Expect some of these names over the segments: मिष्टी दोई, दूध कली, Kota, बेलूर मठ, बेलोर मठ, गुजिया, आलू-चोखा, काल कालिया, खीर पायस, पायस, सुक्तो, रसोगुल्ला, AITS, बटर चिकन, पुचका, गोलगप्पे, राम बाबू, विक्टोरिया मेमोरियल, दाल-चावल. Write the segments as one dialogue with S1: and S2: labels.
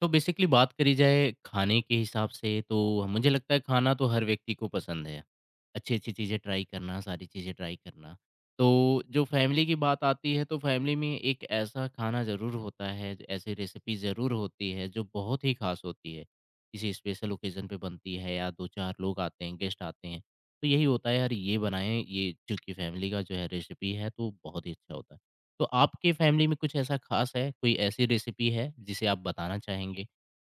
S1: तो basically बात करी जाए खाने के हिसाब से तो मुझे लगता है खाना तो हर व्यक्ति को पसंद है। अच्छी-अच्छी चीज़ें ट्राई करना, सारी चीज़ें ट्राई करना। तो जो फैमिली की बात आती है तो फैमिली में एक ऐसा खाना ज़रूर होता है, ऐसी रेसिपी ज़रूर होती है जो बहुत ही ख़ास होती है। किसी स्पेशल ओकेज़न पे बनती है या 2-4 लोग आते हैं, गेस्ट आते हैं। तो यही होता है यार ये बनाएँ, ये चूँकि फैमिली का जो है रेसिपी है तो बहुत ही अच्छा होता है। तो आपके फैमिली में कुछ ऐसा खास है, कोई ऐसी रेसिपी है जिसे आप बताना चाहेंगे?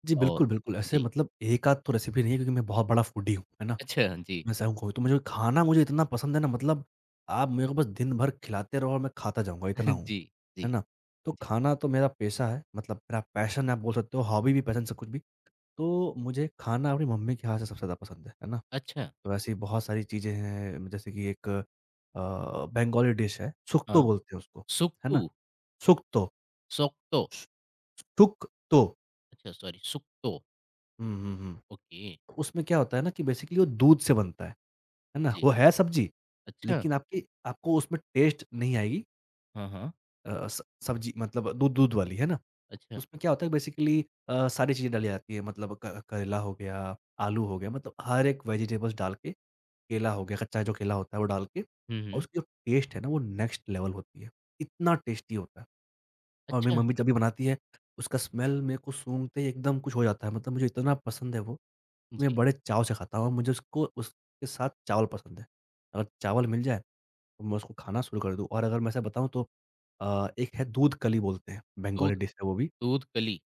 S2: जी,
S1: और
S2: बिल्कुल, बिल्कुल। ऐसे
S1: जी,
S2: मतलब एक आध तो रेसिपी नहीं है क्योंकि मैं बहुत बड़ा फूडी हूँ, है ना?
S1: अच्छा जी,
S2: मैं सही कहूँ तो मुझे खाना मुझे इतना पसंद है ना मतलब आप मेरे को बस दिन भर खिलाते रहो और मैं खाता जाऊँगा इतना हूँ,
S1: जी,
S2: है
S1: जी,
S2: ना? तो
S1: जी।
S2: खाना तो मेरा पेशा है मतलब मेरा पैशन आप बोल सकते हो, हॉबी भी पैशन सब कुछ भी। तो मुझे खाना अपनी मम्मी के हाथ से सबसे ज़्यादा पसंद है ना?
S1: अच्छा,
S2: तो ऐसी बहुत सारी चीज़ें हैं जैसे कि एक बंगाली डिश है, सुक्तो
S1: हाँ,
S2: बोलते हैं उसको, है ना?
S1: सुक्तू,
S2: सुक्तो,
S1: सोक्तो
S2: सु सुक्तो।
S1: अच्छा सॉरी सुक्तो,
S2: हुँ, हुँ, हुँ।
S1: ओके,
S2: उसमें क्या होता है ना कि बेसिकली वो दूध से बनता है। है ना?
S1: जी,
S2: वो है सब्ज़ी,
S1: अच्छा,
S2: लेकिन आपकी आपको उसमें टेस्ट नहीं आएगी।
S1: हाँ, हाँ,
S2: स सब्ज़ी मतलब दूध दूध वाली, है ना? तो
S1: अच्छा,
S2: उसमें क्या होता है बेसिकली सारी चीज़ें डाली जाती हैं मतलब क करेला हो गया, आलू हो गया मतलब हर एक वेजिटेबल्स डाल के, केला हो गया, कच्चा जो केला होता है वो डाल के
S1: हुँ,
S2: और
S1: हुँ,
S2: उसकी जो टेस्ट है ना वो नेक्स्ट लेवल होती है। इतना टेस्टी होता है और मेरी
S1: अच्छा,
S2: मम्मी जब भी बनाती है, उसका स्मेल मेरे को सूँघते ही एकदम कुछ हो जाता है मतलब मुझे इतना पसंद है वो, मैं
S1: जी,
S2: बड़े चाव से खाता हूँ और मुझे उसको उसके साथ चावल पसंद है। अगर चावल मिल जाए मैं उसको खाना शुरू कर दूँ। और अगर मैं ऐसा बताऊँ तो एक है दूध कली बोलते हैं, बंगाली
S1: दूध
S2: डिश है वो भी।
S1: दूध कली,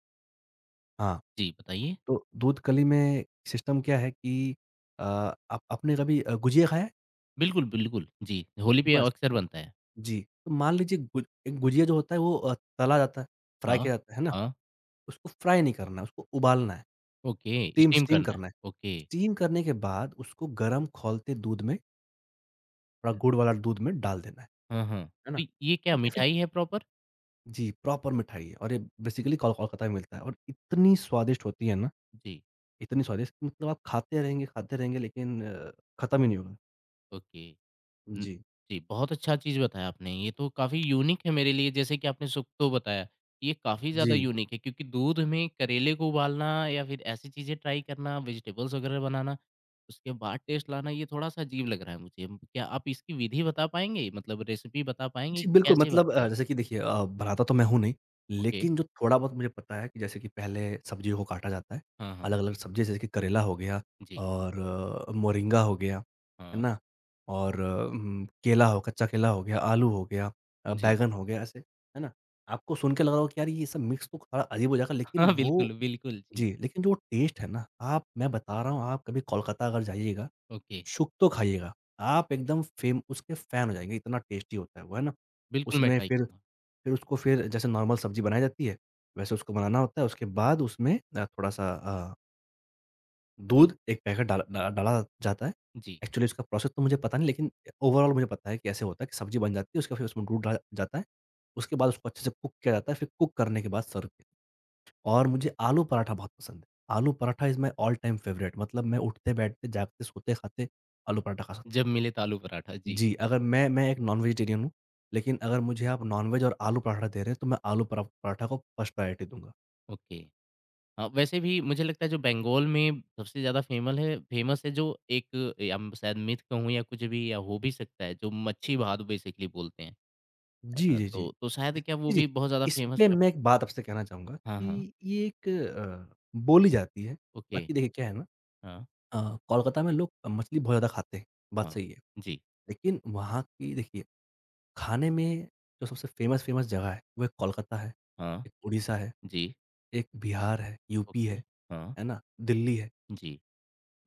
S2: हाँ,
S1: जी, बताइए?
S2: तो दूध कली में सिस्टम क्या है कि आप आपने कभी गुजिया खाया है?
S1: बिल्कुल, बिल्कुल, जी, होली पे
S2: बस
S1: अक्सर
S2: तो-
S1: बनता है।
S2: जी, तो मान लीजिए गुज एक गुजिया जो होता है वो तला जाता है, फ्राई
S1: हाँ,
S2: किया जाता है ना?
S1: हाँ,
S2: उसको फ्राई नहीं करना है, उसको उबालना है,
S1: ओके,
S2: स्टीम
S1: स्टीम
S2: स्टीम
S1: करना है,
S2: करना है।
S1: ओके,
S2: स्टीम करने के बाद उसको गरम खौलते दूध में, थोड़ा गुड़ वाला दूध में डाल देना
S1: हाँ, हाँ,
S2: है
S1: तो
S2: ना?
S1: ये क्या
S2: फिर
S1: मिठाई है प्रॉपर?
S2: जी, प्रॉपर मिठाई है और ये बेसिकली कोलकाता में मिलता है और इतनी स्वादिष्ट होती है ना,
S1: जी,
S2: इतनी स्वादिष्ट मतलब आप खाते रहेंगे लेकिन खत्म ही नहीं होगा।
S1: ओके। हुँ,
S2: जी।
S1: जी, बहुत अच्छा चीज़ बताया आपने, ये तो काफ़ी यूनिक है मेरे लिए जैसे कि आपने सुक्तो बताया, ये काफ़ी
S2: जी।
S1: ज़्यादा यूनिक है क्योंकि दूध में करेले को उबालना या फिर ऐसी चीज़ें ट्राई करना, वेजिटेबल्स वगैरह बनाना, उसके बाद टेस्ट लाना, ये थोड़ा-सा अजीब लग रहा है मुझे। क्या आप इसकी विधि बता पाएँगे? मतलब रेसिपी बता पाएँगे
S2: जी, बिल्कुल
S1: कैसे
S2: मतलब
S1: बनता है ये?
S2: जैसे कि देखिए बनाता तो मैं हूँ नहीं,
S1: ओके,
S2: लेकिन जो थोड़ा बहुत मुझे पता है कि जैसे कि पहले सब्जियों को काटा जाता है,
S1: हाँ, हाँ,
S2: अलग-अलग सब्ज़ी जैसे कि करेला हो गया
S1: जी,
S2: और मोरिंगा हो गया, है
S1: हाँ,
S2: ना? और केला हो कच्चा केला हो गया, आलू हो गया,
S1: जी।
S2: बैंगन हो गया ऐसे, है ना? आपको सुन के लग रहा हो कि यार ये सब मिक्स तो थोड़ा अजीब हो जाएगा लेकिन
S1: हाँ,
S2: वो
S1: बिल्कुल, बिल्कुल, जी,
S2: जी, लेकिन जो टेस्ट है ना, आप मैं बता रहा हूँ आप कभी कोलकाता अगर जाइएगा
S1: ओके,
S2: शुक तो खाइएगा, आप एकदम फेम उसके फ़ैन हो जाएँगे, इतना टेस्टी होता है वो, है ना?
S1: बिल्कुल मैं
S2: उसमें
S1: ट्राई
S2: फिर
S1: करूँगा।
S2: उसको फिर जैसे नॉर्मल सब्ज़ी बनाई जाती है, वैसे उसको बनाना होता है, उसके बाद उसमें थोड़ा-सा दूध एक पैकेट डाला जाता है।
S1: जी,
S2: एक्चुअली उसका प्रोसेस तो मुझे पता नहीं, लेकिन ओवरऑल मुझे पता है कि ऐसे होता है कि सब्ज़ी बन जाती है, उसके फिर उसमें दूध डाला जाता है, उसके बाद उसको अच्छे से कुक किया जाता है, फिर कुक करने के बाद सर्व किया जाता है। और मुझे आलू पराठा बहुत पसंद है। Aloo paratha is my all time favourite मतलब मैं उठते-बैठते, जागते, सोते-खाते आलू पराठा खा सकता
S1: जब
S2: हूँ।
S1: मिले तो आलू पराठा, जी,
S2: जी, अगर मैं एक नॉन-वेजिटेरियन हूँ, लेकिन अगर मुझे आप नॉन-वेज और आलू पराठा दे रहे हैं, तो मैं आलू पराठा को फर्स्ट प्रायोरिटी दूँगा।
S1: ओके। हाँ, वैसे भी मुझे लगता है जो बंगाल में सबसे ज़्यादा फेमल है फेमस है जो एक या म शायद मिथ कहूँ या कुछ भी या हो भी सकता है, जो मच्छी भात बेसिकली बोलते हैं। है
S2: जी,
S1: ना?
S2: जी, जी।
S1: तो शायद
S2: जी,
S1: क्या वो भी
S2: जी,
S1: बहुत ज़्यादा
S2: इस
S1: फेमस
S2: पे
S1: है।
S2: मैं एक बात आपसे कहना चाहूँगा
S1: हाँ, हाँ।
S2: कि ये एक बोली जाती है,
S1: ओके।
S2: बाकी देखिए क्या है ना,
S1: हाँ,
S2: कोलकाता में लोग मछली बहुत ज़्यादा खाते हैं, बात
S1: हाँ।
S2: सही है।
S1: जी।
S2: लेकिन वहाँ की देखिए, खाने में जो सबसे फ़ेमस-फ़ेमस जगह है, वो एक कोलकाता है,
S1: हाँ,
S2: एक उड़ीसा है,
S1: जी।
S2: एक बिहार है, यूपी
S1: ओके। हाँ,
S2: है ना? दिल्ली है।
S1: जी।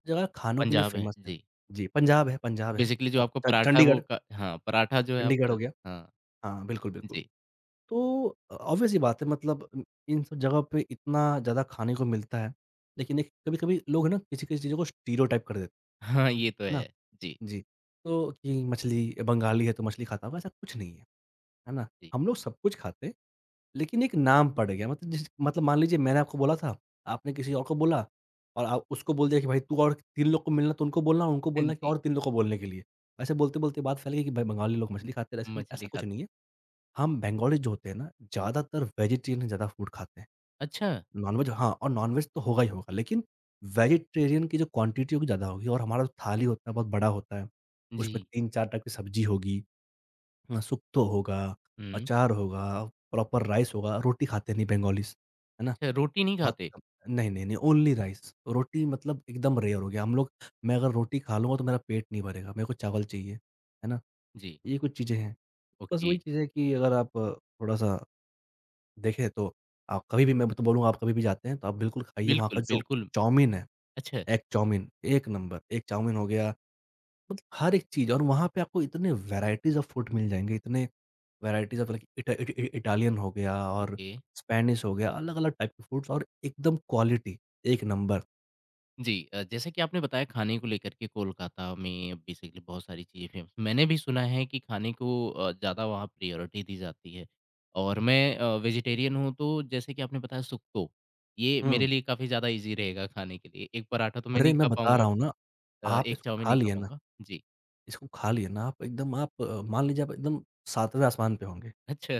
S2: जगह खानों के लिए
S1: पंजाब है।
S2: फ़ेमस है।
S1: जी।
S2: जी, पंजाब है पंजाब है।
S1: बेसिकली जो
S2: अब
S1: आपका
S2: च
S1: पराठा वो
S2: चंडीगढ़
S1: क हाँ, पराठा जो है
S2: चंडीगढ़ हो
S1: आपका
S2: गया।
S1: हाँ,
S2: हाँ, बिल्कुल, बिल्कुल।
S1: जी।
S2: तो ऑब्वियस सी बात है मतलब इन इन सब जगह पे इतना ज़्यादा खाने को मिलता है। लेकिन एक कभी-कभी लोग है ना किसी-किसी चीज़ों को स्टीरियोटाइप कर देते
S1: हाँ, ये तो
S2: है ना?
S1: है। जी,
S2: जी। तो कि मछली बंगाली है तो मछली खाता होगा, ऐसा कुछ नहीं है। है ना?
S1: जी।
S2: हम लोग सब कुछ खाते हैं, लेकिन एक नाम पड़ गया मतलब जिस मतलब मान लीजिए मैंने आपको बोला था, आपने किसी और को बोला और आप उसको बोल दिया कि भाई तू और 3 लोग को मिलना तो उनको बोलना कि
S1: जी,
S2: और 3 लोग को बोलने के लिए। ऐसे बोलते-बोलते बात फैल गई कि भाई बंगाली लोग मछली खाते हैं, ऐसा
S1: मछली
S2: ऐसा कुछ
S1: खाते
S2: नहीं है। हम बंगाली जो होते हैं ना ज़्यादातर वेजिटेरियन ज़्यादा फूड खाते हैं।
S1: अच्छा।
S2: नॉन-वेज हाँ, और नॉन-वेज तो होगा ही होगा, लेकिन वेजिटेरियन की जो क्वांटिटी होगी ज़्यादा होगी और हमारा जो थाली होता है बहुत बड़ा होता है। उसमें
S1: जी।
S2: 3-4 टाइप की सब्ज़ी होगी। सुक्तो होगा,
S1: हुँ।
S2: अचार होगा, प्रॉपर राइस होगा, रोटी खाते नहीं बंगालीज़, है ना?
S1: अच्छा, रोटी नहीं
S2: बहुत
S1: खाते?
S2: कम, नहीं, नहीं, नहीं, ओनली राइस। रोटी मतलब एकदम रेयर हो गया। हम लोग, मैं अगर रोटी खा लूँगा तो मेरा पेट नहीं भरेगा, मेरे को चावल चाहिए, है ना?
S1: जी,
S2: ये कुछ चीज़ें हैं। बस
S1: ओके।
S2: वही चीज़ है कि अगर आप थोड़ा-सा देखें तो आप कभी भी, मैं तो बोलूँगा आप कभी भी जाते हैं तो आप बिल्कुल खाइए वहाँ
S1: बिल्कुल,
S2: का जो
S1: बिल्कुल।
S2: चाउमीन है,
S1: अच्छा,
S2: एग चाउमीन, एक नंबर। एग चाउमीन हो गया मतलब हर एक चीज़, और वहाँ पे आपको इतने वैराइटीज़ ऑफ फूड मिल जाएँगे, इतने वैराइटीज़ ऑफ लाइक इटा इट इ इटालियन हो गया और
S1: ओके।
S2: स्पेनिश हो गया, अलग-अलग टाइप के फूड्स और एकदम क्वालिटी, एक नंबर।
S1: जी जैसे कि आपने बताया खाने को लेकर के कोलकाता में बेसिकली बहुत सारी चीज़ें फेमस मैंने भी सुना है कि खाने को ज़्यादा वहाँ प्रायोरिटी दी जाती है और मैं वेजिटेरियन हूँ तो जैसे कि आपने बताया सुक्तो, ये मेरे
S2: हुँ।
S1: लिए काफ़ी ज़्यादा ईज़ी रहेगा खाने के लिए। एक पराठा तो मैं
S2: अरे!
S1: नहीं खा
S2: मैं बता
S1: पाऊँगा
S2: रहा हूँ
S1: आपको
S2: ना, आप
S1: एक
S2: इसको
S1: चाउमीन
S2: खा
S1: नहीं खा
S2: लिए ना,
S1: पाऊँगा। जी,
S2: इसको खा लिए ना, आप एकदम, आप मान लीजिए आप एकदम 7वें आसमान पे होंगे।
S1: अच्छा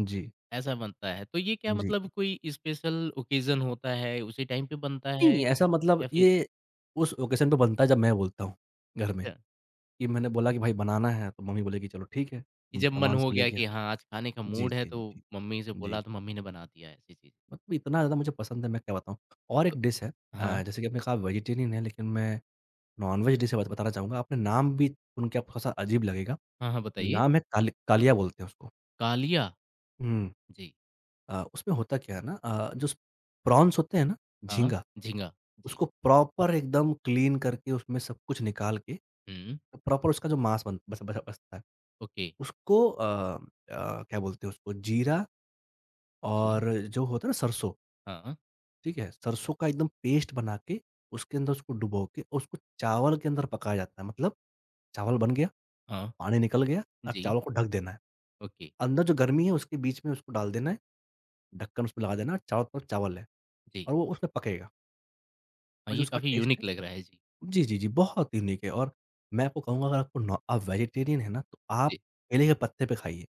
S2: जी,
S1: ऐसा बनता है। तो ये क्या
S2: जी।
S1: मतलब कोई स्पेशल ओकेज़न होता है, उसी टाइम पे बनता है
S2: नहीं, ऐसा मतलब
S1: या फिर
S2: ये उस ओकेज़न पे बनता है जब मैं बोलता हूँ घर में
S1: अच्छा।
S2: कि मैंने बोला कि भाई बनाना है, तो मम्मी बोलेगी चलो ठीक है,
S1: कि जब मन
S2: सामान
S1: हो
S2: सब ले
S1: गया
S2: गया।
S1: कि हाँ, आज खाने का
S2: जी,
S1: मूड है
S2: जी,
S1: तो
S2: जी,
S1: मम्मी से बोला
S2: जी।
S1: तो मम्मी ने बना दिया ऐसी चीज़।
S2: मतलब इतना ज़्यादा मुझे पसंद है मैं क्या बताऊँ। और एक डिश है,
S1: हाँ।
S2: जैसे कि आपने कहा वेजिटेरियन है लेकिन मैं नॉन-वेज डिश बत बताना चाहूँगा। आपने नाम भी सुन के आपको थोड़ा-सा अजीब लगेगा।
S1: हाँ, हाँ, बताइए?
S2: नाम है कालिया बोलते हैं उसको।
S1: कालिया?
S2: हुँ।
S1: जी।
S2: उसमें होता क्या है ना, जो प्रॉन्स होते हैं ना,
S1: हाँ।
S2: झींगा,
S1: झींगा? जी।
S2: उसको प्रॉपर एकदम क्लीन करके उसमें सब कुछ निकाल के
S1: हुँ।
S2: प्रॉपर उसका जो मांस बन बस बस बसता है
S1: ओके।
S2: उसको क्या बोलते हैं उसको, जीरा
S1: जी।
S2: और जो होता है ना सरसों,
S1: हाँ।
S2: ठीक है? सरसों का एकदम पेस्ट बना के उसके अंदर उसको डुबो के और उसको चावल के अंदर पकाया जाता है। मतलब चावल बन गया,
S1: हाँ।
S2: पानी निकल गया, अब
S1: जी।
S2: चावल को ढक देना है।
S1: ओके।
S2: अंदर जो गर्मी है उसके बीच में उसको डाल देना है, ढक्कन उसपे लगा देना है, चारों तरफ चावल है
S1: जी।
S2: और वो उसमें पकेगा
S1: हाँ,
S2: और जो
S1: ये
S2: उसका
S1: काफ़ी
S2: टेस्ट
S1: यूनिक
S2: है,
S1: लग रहा है। जी।
S2: जी, जी, जी, बहुत यूनिक है और मैं आपको कहूँगा अगर आपको नॉ आप वेजिटेरियन हैं ना, तो आप
S1: जी।
S2: केले के पत्ते पे खाइए।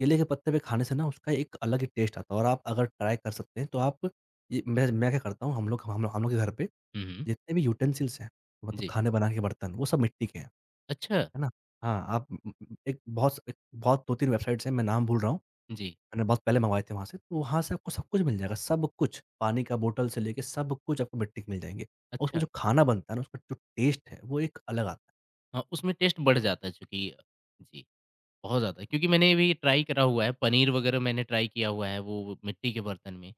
S2: केले के पत्ते पे खाने से ना उसका एक अलग ही टेस्ट आता है और आप अगर ट्राई कर सकते हैं तो आप, ये मैं क्या करता हूँ, हम लोग के घर पे
S1: हुँ, हुँ।
S2: जितने भी यूटेंसिल्स हैं, मतलब
S1: जी।
S2: खाने बनाने के बर्तन वो सब मिट्टी के हैं।
S1: अच्छा।
S2: है ना? हाँ, आप एक बहुत 2-3 वेबसाइट्स हैं, मैं नाम भूल रहा हूँ,
S1: जी।
S2: मैंने बहुत पहले मँगवाए थे वहाँ से, तो वहाँ से आपको सब कुछ मिल जाएगा, सब कुछ, पानी का बोतल से लेके सब कुछ आपको मिट्टी के मिल जाएँगे। और उसमें
S1: अच्छा।
S2: जो खाना बनता है ना उसका जो टेस्ट है वो एक अलग आता
S1: हाँ, उसमें टेस्ट बढ़ जाता है चूँकि जी, बहुत ज़्यादा क्योंकि मैंने भी ट्राई करा हुआ है, पनीर वग़ैरह मैंने ट्राई किया हुआ है वो मिट्टी के बर्तन में।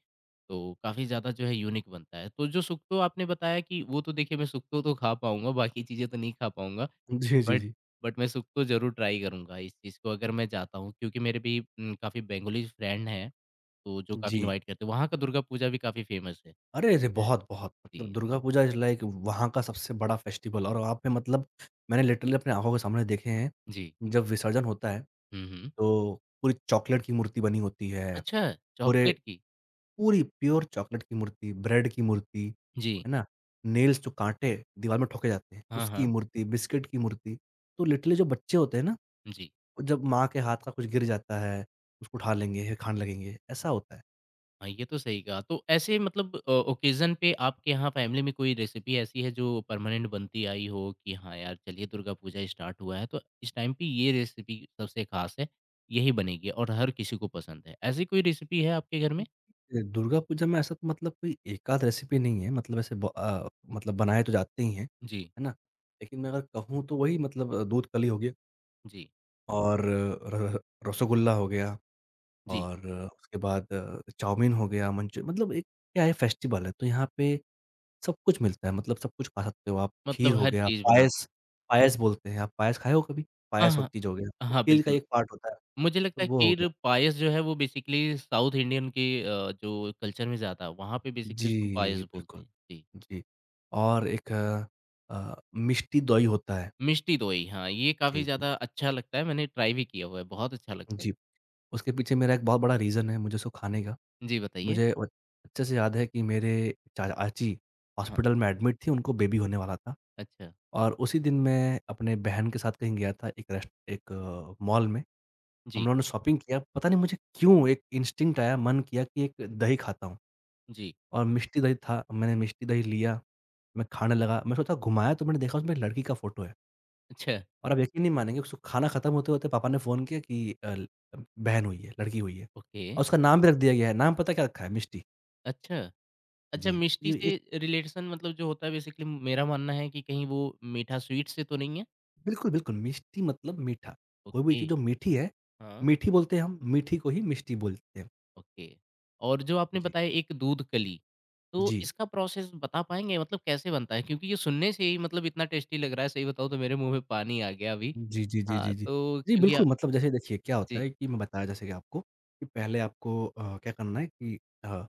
S1: तो काफ़ी ज़्यादा जो है यूनिक बनता है। तो जो सुक्तो आपने बताया कि वो तो देखिए मैं सुक्तो तो खा पाऊँगा, बाकी चीज़ें तो नहीं खा पाऊँगा।
S2: है। जी, जी,
S1: बट
S2: जी।
S1: बट मैं सुक्तो ज़रूर ट्राई करूँगा इस चीज़ को अगर मैं जाता हूँ क्योंकि मेरे भी काफ़ी बंगाली फ्रेंड हैं, तो जो काफ़ी
S2: जी।
S1: इनवाइट करते हैं। वहाँ का दुर्गा पूजा भी काफ़ी फेमस है।
S2: अरे रे!
S1: है।
S2: बहुत, बहुत मतलब
S1: जी,
S2: दुर्गा
S1: तो
S2: पूजा इज़ लाइक वहाँ का सबसे बड़ा फेस्टिवल और वहाँ पे मतलब मैंने लिटरली अपनी आँखों के सामने देखे हैं,
S1: जी।
S2: जब विसर्जन होता है
S1: हुँ, हुँ।
S2: तो पूरी चॉकलेट की मूर्ति बनी होती है,
S1: अच्छा,
S2: पूरे
S1: चॉकलेट की?
S2: पूरी प्योर चॉकलेट की मूर्ति, ब्रेड की मूर्ति,
S1: जी।
S2: है ना? नेल्स जो काँटे दीवार में ठोके जाते हैं,
S1: हाँ,
S2: उसकी
S1: हाँ।
S2: मूर्ति, बिस्किट की मूर्ति। तो लिटरली जो बच्चे होते हैं ना, वो
S1: जी।
S2: जब माँ के हाथ का कुछ गिर जाता है, उसको उठा लेंगे, फिर खाने लगेंगे, ऐसा होता है।
S1: हाँ, ये तो सही कहा। तो ऐसे मतलब ओकेज़न पे आपके यहाँ फैमिली में कोई रेसिपी ऐसी है जो परमानेंट बनती आई हो कि हाँ यार, चलिए दुर्गा पूजा स्टार्ट हुआ है तो इस टाइम पे ये रेसिपी सबसे ख़ास है, यही बनेगी और हर किसी को पसंद है। ऐसी कोई रेसिपी है आपके घर में?
S2: दुर्गा पूजा में ऐसा तो मतलब कोई एकाध रेसिपी नहीं है, मतलब ऐसे मतलब बनाए तो जाते ही हैं,
S1: जी,
S2: है ना? लेकिन मैं अगर कहूँ तो वही मतलब दूध कली हो गया
S1: जी,
S2: और र रसोगुल्ला हो गया।
S1: जी।
S2: और उसके बाद चाउमीन हो गया, मंचू मतलब एक क्या है, फेस्टिवल है तो यहाँ पे सब कुछ मिलता है, मतलब सब कुछ खा सकते हो आप। खीर
S1: मतलब
S2: हो
S1: हर
S2: गया,
S1: चीज़ बनाते
S2: पायस
S1: हैं।
S2: पायस बोलते हैं। आप पायस खाए हो कभी?
S1: हाँ,
S2: पायस एक
S1: हाँ।
S2: चीज़ हो गया, वो
S1: हाँ,
S2: खीर का
S1: बिल्कुल।
S2: एक पार्ट होता है,
S1: मुझे
S2: तो
S1: लगता है
S2: वो हो
S1: खीर
S2: गया।
S1: पायस जो है वो बेसिकली साउथ इंडियन के जो कल्चर में ज़्यादा वहाँ पे बेसिकली उसको पायस
S2: जी,
S1: बोलते
S2: बिल्कुल।
S1: हैं। जी।
S2: जी, और एक मिष्टी दोई होता है।
S1: मिष्टी दोई, हाँ, ये काफ़ी
S2: जी, जी।
S1: ज़्यादा अच्छा लगता है, मैंने ट्राई भी किया हुआ है, बहुत अच्छा लगता है।
S2: जी, उसके पीछे मेरा एक बहुत बड़ा रीज़न है मुझे उसको खाने का।
S1: जी, बताइए?
S2: मुझे अ, अच्छे से याद है कि मेरे चा चाची
S1: हाँ,
S2: हॉस्पिटल में एडमिट थीं, उनको बेबी होने वाला था।
S1: अच्छा।
S2: और उसी दिन मैं अपने बहन के साथ कहीं गया था, एक रेस्ट एक अ, मॉल में। हम
S1: जी,
S2: लोगों ने शॉपिंग किया, पता नहीं मुझे क्यों एक इंस्टिंक्ट आया, मन किया कि एक दही खाता हूँ,
S1: जी।
S2: और मिष्टी दही था, मैंने मिष्टी दही लिया, मैं खाने लगा। मैं सोचा घुमाया, तो मैंने देखा उसमें एक लड़की का फ़ोटो है।
S1: अच्छा,
S2: और आप यकीन नहीं मानेंगे, उसको खाना खत्म होते-होते पापा ने फ़ोन किया कि अ, ल बहन हुई है, लड़की हुई है,
S1: ओके।
S2: और उसका नाम भी रख दिया गया है। नाम पता है क्या रखा है? मिष्टी।
S1: अच्छा, अच्छा
S2: जी,
S1: मिष्टी
S2: ये
S1: से
S2: एक
S1: रिलेशन मतलब जो होता है बेसिकली मेरा मानना है कि कहीं वो मीठा स्वीट से तो नहीं है?
S2: बिल्कुल, बिल्कुल मिष्टी मतलब मीठा। कोई भी
S1: ओके,
S2: चीज़ जो मीठी है,
S1: हाँ,
S2: मीठी बोलते हैं हम, मीठी को ही मिष्टी बोलते हैं।
S1: ओके। और जो आपने
S2: जी।
S1: बताया एक दूध कली, तो
S2: जी।
S1: इसका प्रोसेस बता पाएँगे मतलब कैसे बनता है? क्योंकि ये सुनने से ही मतलब इतना टेस्टी लग रहा है, सही बताऊँ तो मेरे मुँह में पानी आ गया अभी।
S2: जी, जी, जी,
S1: हाँ,
S2: जी, जी।
S1: तो
S2: जी,
S1: क्योंकि
S2: बिल्कुल। मतलब जैसे देखिए क्या होता
S1: जी।
S2: है कि मैं बताया जैसे कि आपको कि पहले आपको क्या करना है कि अ,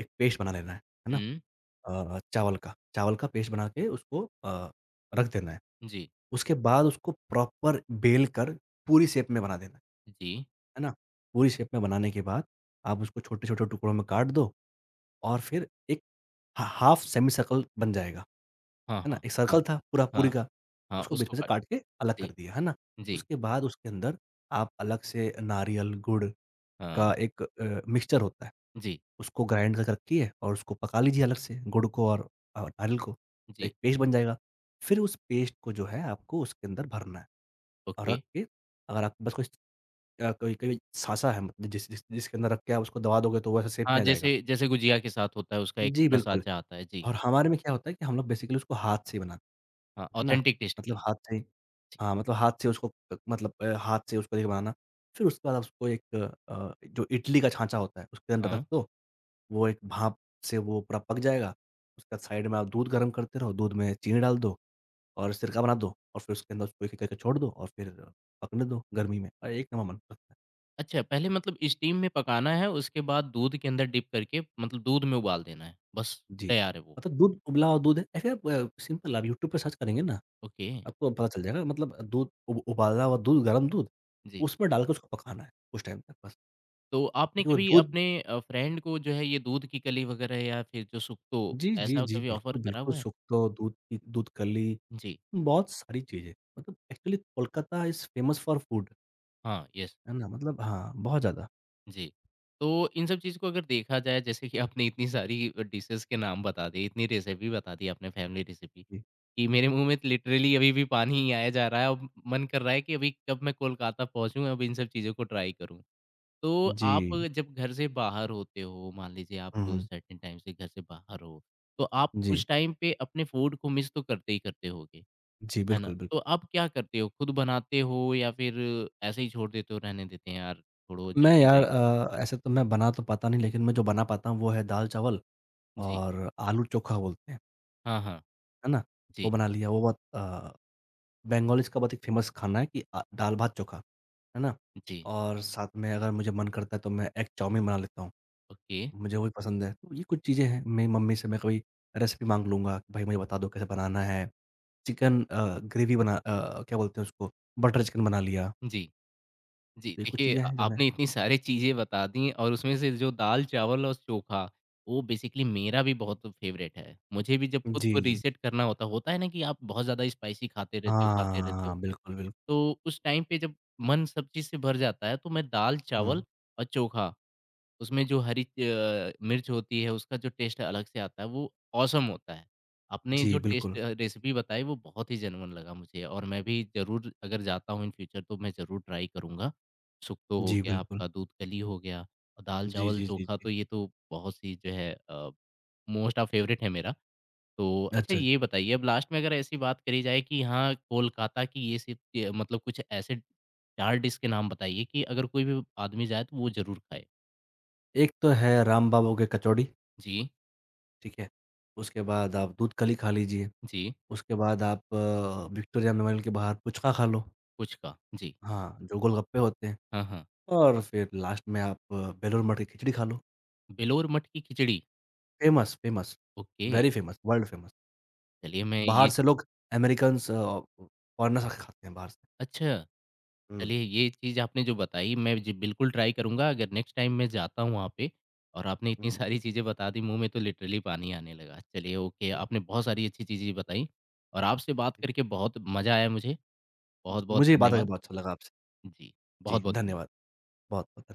S2: एक पेस्ट बना लेना है ना?
S1: हुँ,
S2: चावल का पेस्ट बना के उसको रख देना है।
S1: जी,
S2: उसके बाद उसको प्रॉपर बेल कर पूरी शेप में बना देना
S1: जी।
S2: है ना? पूरी शेप में बनाने के बाद आप उसको छोटे-छोटे टुकड़ों में काट दो और फिर एक हा हाफ़ सेमी सर्कल बन जाएगा,
S1: हाँ,
S2: है ना?
S1: हाँ,
S2: एक सर्कल
S1: हाँ।
S2: था पूरा पूरी
S1: हाँ,
S2: का,
S1: हाँ,
S2: उसको बीच
S1: उसको
S2: में से
S1: काट
S2: काट के अलग कर
S1: जी,
S2: दिया, है ना?
S1: जी,
S2: उसके बाद उसके अंदर आप अलग से नारियल, गुड़
S1: हाँ,
S2: का एक मिक्सचर होता है,
S1: जी,
S2: उसको ग्राइंड करके रखिए और उसको पका लीजिए अलग से गुड़ को और नारियल को, तो एक
S1: जी,
S2: पेस्ट बन जाएगा। फिर उस पेस्ट को जो है आपको उसके अंदर भरना है। और
S1: ओके।
S2: रख के अगर आपके पास कुछ कोई कोई साँचा है, मतलब जिस जिस जिसके अंदर रख के आप उसको दबा दोगे तो वैसे शेप
S1: हाँ,
S2: में आ जाएगा।
S1: जैसे जैसे गुजिया के साथ होता है, उसका एक
S2: जी,
S1: अपना
S2: बिल्कुल।
S1: साँचा आता है। जी,
S2: और हमारे में क्या होता है कि हम लोग बेसिकली उसको हाथ से ही बनाते
S1: हाँ,
S2: हैं, है ना?
S1: ऑथेंटिक टेस्ट के
S2: मतलब
S1: लिए।
S2: हाथ से ही-
S1: जी,
S2: हाँ, मतलब हाथ से उसको मतलब हाथ से उसको देखिए बनाना। फिर उसके बाद आप उसको एक जो इडली का छाँचा होता है, उसके अंदर रख
S1: हाँ।
S2: दो, वो एक भाँप से वो पूरा पक जाएगा। उसके बाद साइड में आप दूध गरम करते रहो, दूध में चीनी डाल दो और सिरका बना दो और फिर उसके अंदर उसको एक-एक करके छोड़ दो और फिर पकने दो गर्मी में और एक नंबर बन।
S1: अच्छा, पहले मतलब स्टीम में पकाना है, उसके बाद दूध के अंदर डिप करके मतलब दूध में उबाल देना है, बस
S2: जी।
S1: तैयार है वो।
S2: मतलब दूध उबला हुआ दूध है। ऐसे आप सिंपल आप यूट्यूब पे सर्च करेंगे ना,
S1: ओके,
S2: आपको पता चल जाएगा। मतलब दूध उब उबाला हुआ दूध, गरम दूध,
S1: जी।
S2: उसमें डाल के उसको पकाना है कुछ टाइम तक बस।
S1: तो आपने
S2: ताकि वो
S1: कभी
S2: दूध
S1: अपने फ्रेंड को जो है ये दूध की कली वगैरह या फिर जो सुक्तो,
S2: जी, जी,
S1: ऐसा
S2: जी,
S1: कभी ऑफ़र
S2: बिल्कुल,
S1: करा
S2: बिल्कुल।
S1: हुआ है?
S2: सुक्तो, दूध कली,
S1: जी,
S2: बहुत सारी चीज़ें। मतलब actually Kolkata is famous for food,
S1: हाँ, यस।
S2: है ना? मतलब हाँ, बहुत ज़्यादा।
S1: जी। तो इन सब चीज़ को अगर देखा जाए जैसे कि आपने इतनी सारी डिशेज़ के नाम बता दिए, इतनी रेसिपी बता दी आपने फैमिली रेसिपी,
S2: जी।
S1: कि मेरे मुँह में लिटरली अभी भी पानी ही आया जा रहा है। अब मन कर रहा है कि अभी कब मैं कोलकाता पहुँचूँ, अब इन सब चीज़ों को ट्राई करूँ। तो
S2: जी।
S1: आप जब घर से बाहर होते हो, मान लीजिए आप
S2: हुँ, हुँ।
S1: सर्टेन टाइम से घर से बाहर हो, तो आप
S2: जी।
S1: उस टाइम पे अपने फूड को मिस तो करते ही करते होगे,
S2: जी,
S1: है ना?
S2: बिल्कुल, बिल्कुल।
S1: तो आप क्या करते हो? खुद बनाते हो या फिर ऐसे ही छोड़ देते हो, रहने देते हैं यार छोड़ो जब
S2: मैं
S1: भी
S2: यार
S1: जाएँगे?
S2: ऐसे तो मैं बना तो पाता नहीं, लेकिन मैं जो बना पाता हूँ वो है दाल-चावल
S1: जी।
S2: और आलू-चोखा बोलते हैं।
S1: हाँ, हाँ।
S2: है ना?
S1: जी,
S2: वो बना लिया। बंगालीज़ का बहुत एक फ़ेमस खाना है कि दाल भात चोखा, है ना?
S1: जी।
S2: और साथ में अगर मुझे मन करता है तो मैं एग चाउमीन बना लेता हूँ,
S1: ओके।
S2: मुझे वो भी पसंद है। तो ये कुछ चीज़ें हैं, मेरी मम्मी से मैं कभी रेसिपी माँग लूँगा कि भाई मुझे बता दो कैसे बनाना है। चिकन अ, ग्रेवी बना अ, क्या बोलते हैं उसको बटर चिकन बना लिया।
S1: जी, जी।
S2: तो ये कुछ
S1: देखिए
S2: चीज़ें हैं जो मैं
S1: आपने इतनी सारी चीज़ें बता दी और उसमें से जो दाल-चावल और चोखा, वो बेसिकली मेरा भी बहुत फ़ेवरेट है। मुझे भी जब खुद को
S2: जी, जी।
S1: रीसेट करना होता होता है ना कि आप बहुत ज़्यादा स्पाइसी खाते रहते हो, खाते रहते हो।
S2: हाँ, बिल्कुल, बिल्कुल।
S1: तो उस टाइम पे जब मन सब चीज़ से भर जाता है, तो मैं दाल-चावल
S2: हुँ।
S1: और चोखा उसमें जो हरी मिर्च होती है, उसका जो टेस्ट अलग से आता है, वो ऑसम होता है। आपने जो
S2: जी, बिल्कुल।
S1: टेस्ट रेसिपी बताई, वो बहुत ही जेन्युइन लगा मुझे और मैं भी ज़रूर अगर जाता हूँ इन फ्यूचर, तो मैं ज़रूर ट्राई करूँगा। शुक्तो हो
S2: जी,
S1: गया,
S2: बिल्कुल।
S1: आपका दूध कली हो गया और
S2: जी,
S1: दाल-चावल
S2: जी, जी,
S1: चोखा, तो
S2: जी।
S1: ये तो बहुत सी जो है मोस्ट ऑफ फेवरेट है मेरा। तो अच्छा
S2: अच्छा,
S1: ये बताइए, अब लास्ट में अगर ऐसी बात करी जाए कि हाँ, कोलकाता की ये सिर्फ़ य मतलब कुछ ऐसे 4 डिश के नाम बताइए कि अगर कोई भी आदमी जाए, तो वो ज़रूर खाए?
S2: एक तो है राम बाबू के कचौड़ी।
S1: जी।
S2: ठीक है? उसके बाद आप दूध कली खा लीजिए,
S1: जी,
S2: उसके बाद आप विक्टोरिया मेमोरियल के बाहर पुचका खा लो,
S1: पुचका, जी।
S2: हाँ, जो गोलगप्पे होते हैं।
S1: हाँ, हाँ।
S2: और फिर लास्ट में आप बेलूर मठ की खिचड़ी खा लो।
S1: बेलोर मठ की खिचड़ी,
S2: famous, famous,
S1: okay.
S2: Very famous, world famous.
S1: चलिए मैं ये
S2: बाहर से
S1: चीज़
S2: लोग, अमेरिकन्स फॉरेनर्स खाते हैं बाहर से।
S1: अच्छा,
S2: हुँ।
S1: चलिए ये चीज़ आपने जो बताई मैं जी बिल्कुल ट्राई करूँगा अगर नेक्स्ट टाइम मैं जाता हूँ वहाँ पे और आपने
S2: हुँ,
S1: इतनी
S2: हुँ,
S1: सारी चीज़ें बता दी मुँह में तो लिटरली पानी आने लगा। चलिए ओके,
S2: हुँ।
S1: आपने बहुत सारी अच्छी चीज़ें बताई और आपसे बात करके बहुत मज़ा आया मुझे। बहुत-बहुत
S2: मुझे ये बात करके
S1: धन्यवाद।
S2: बहुत अच्छा लगा आपसे।
S1: जी,
S2: जी,
S1: बहुत-बहुत
S2: धन्यवाद
S1: धन्यवाद।
S2: बहुत-बहुत।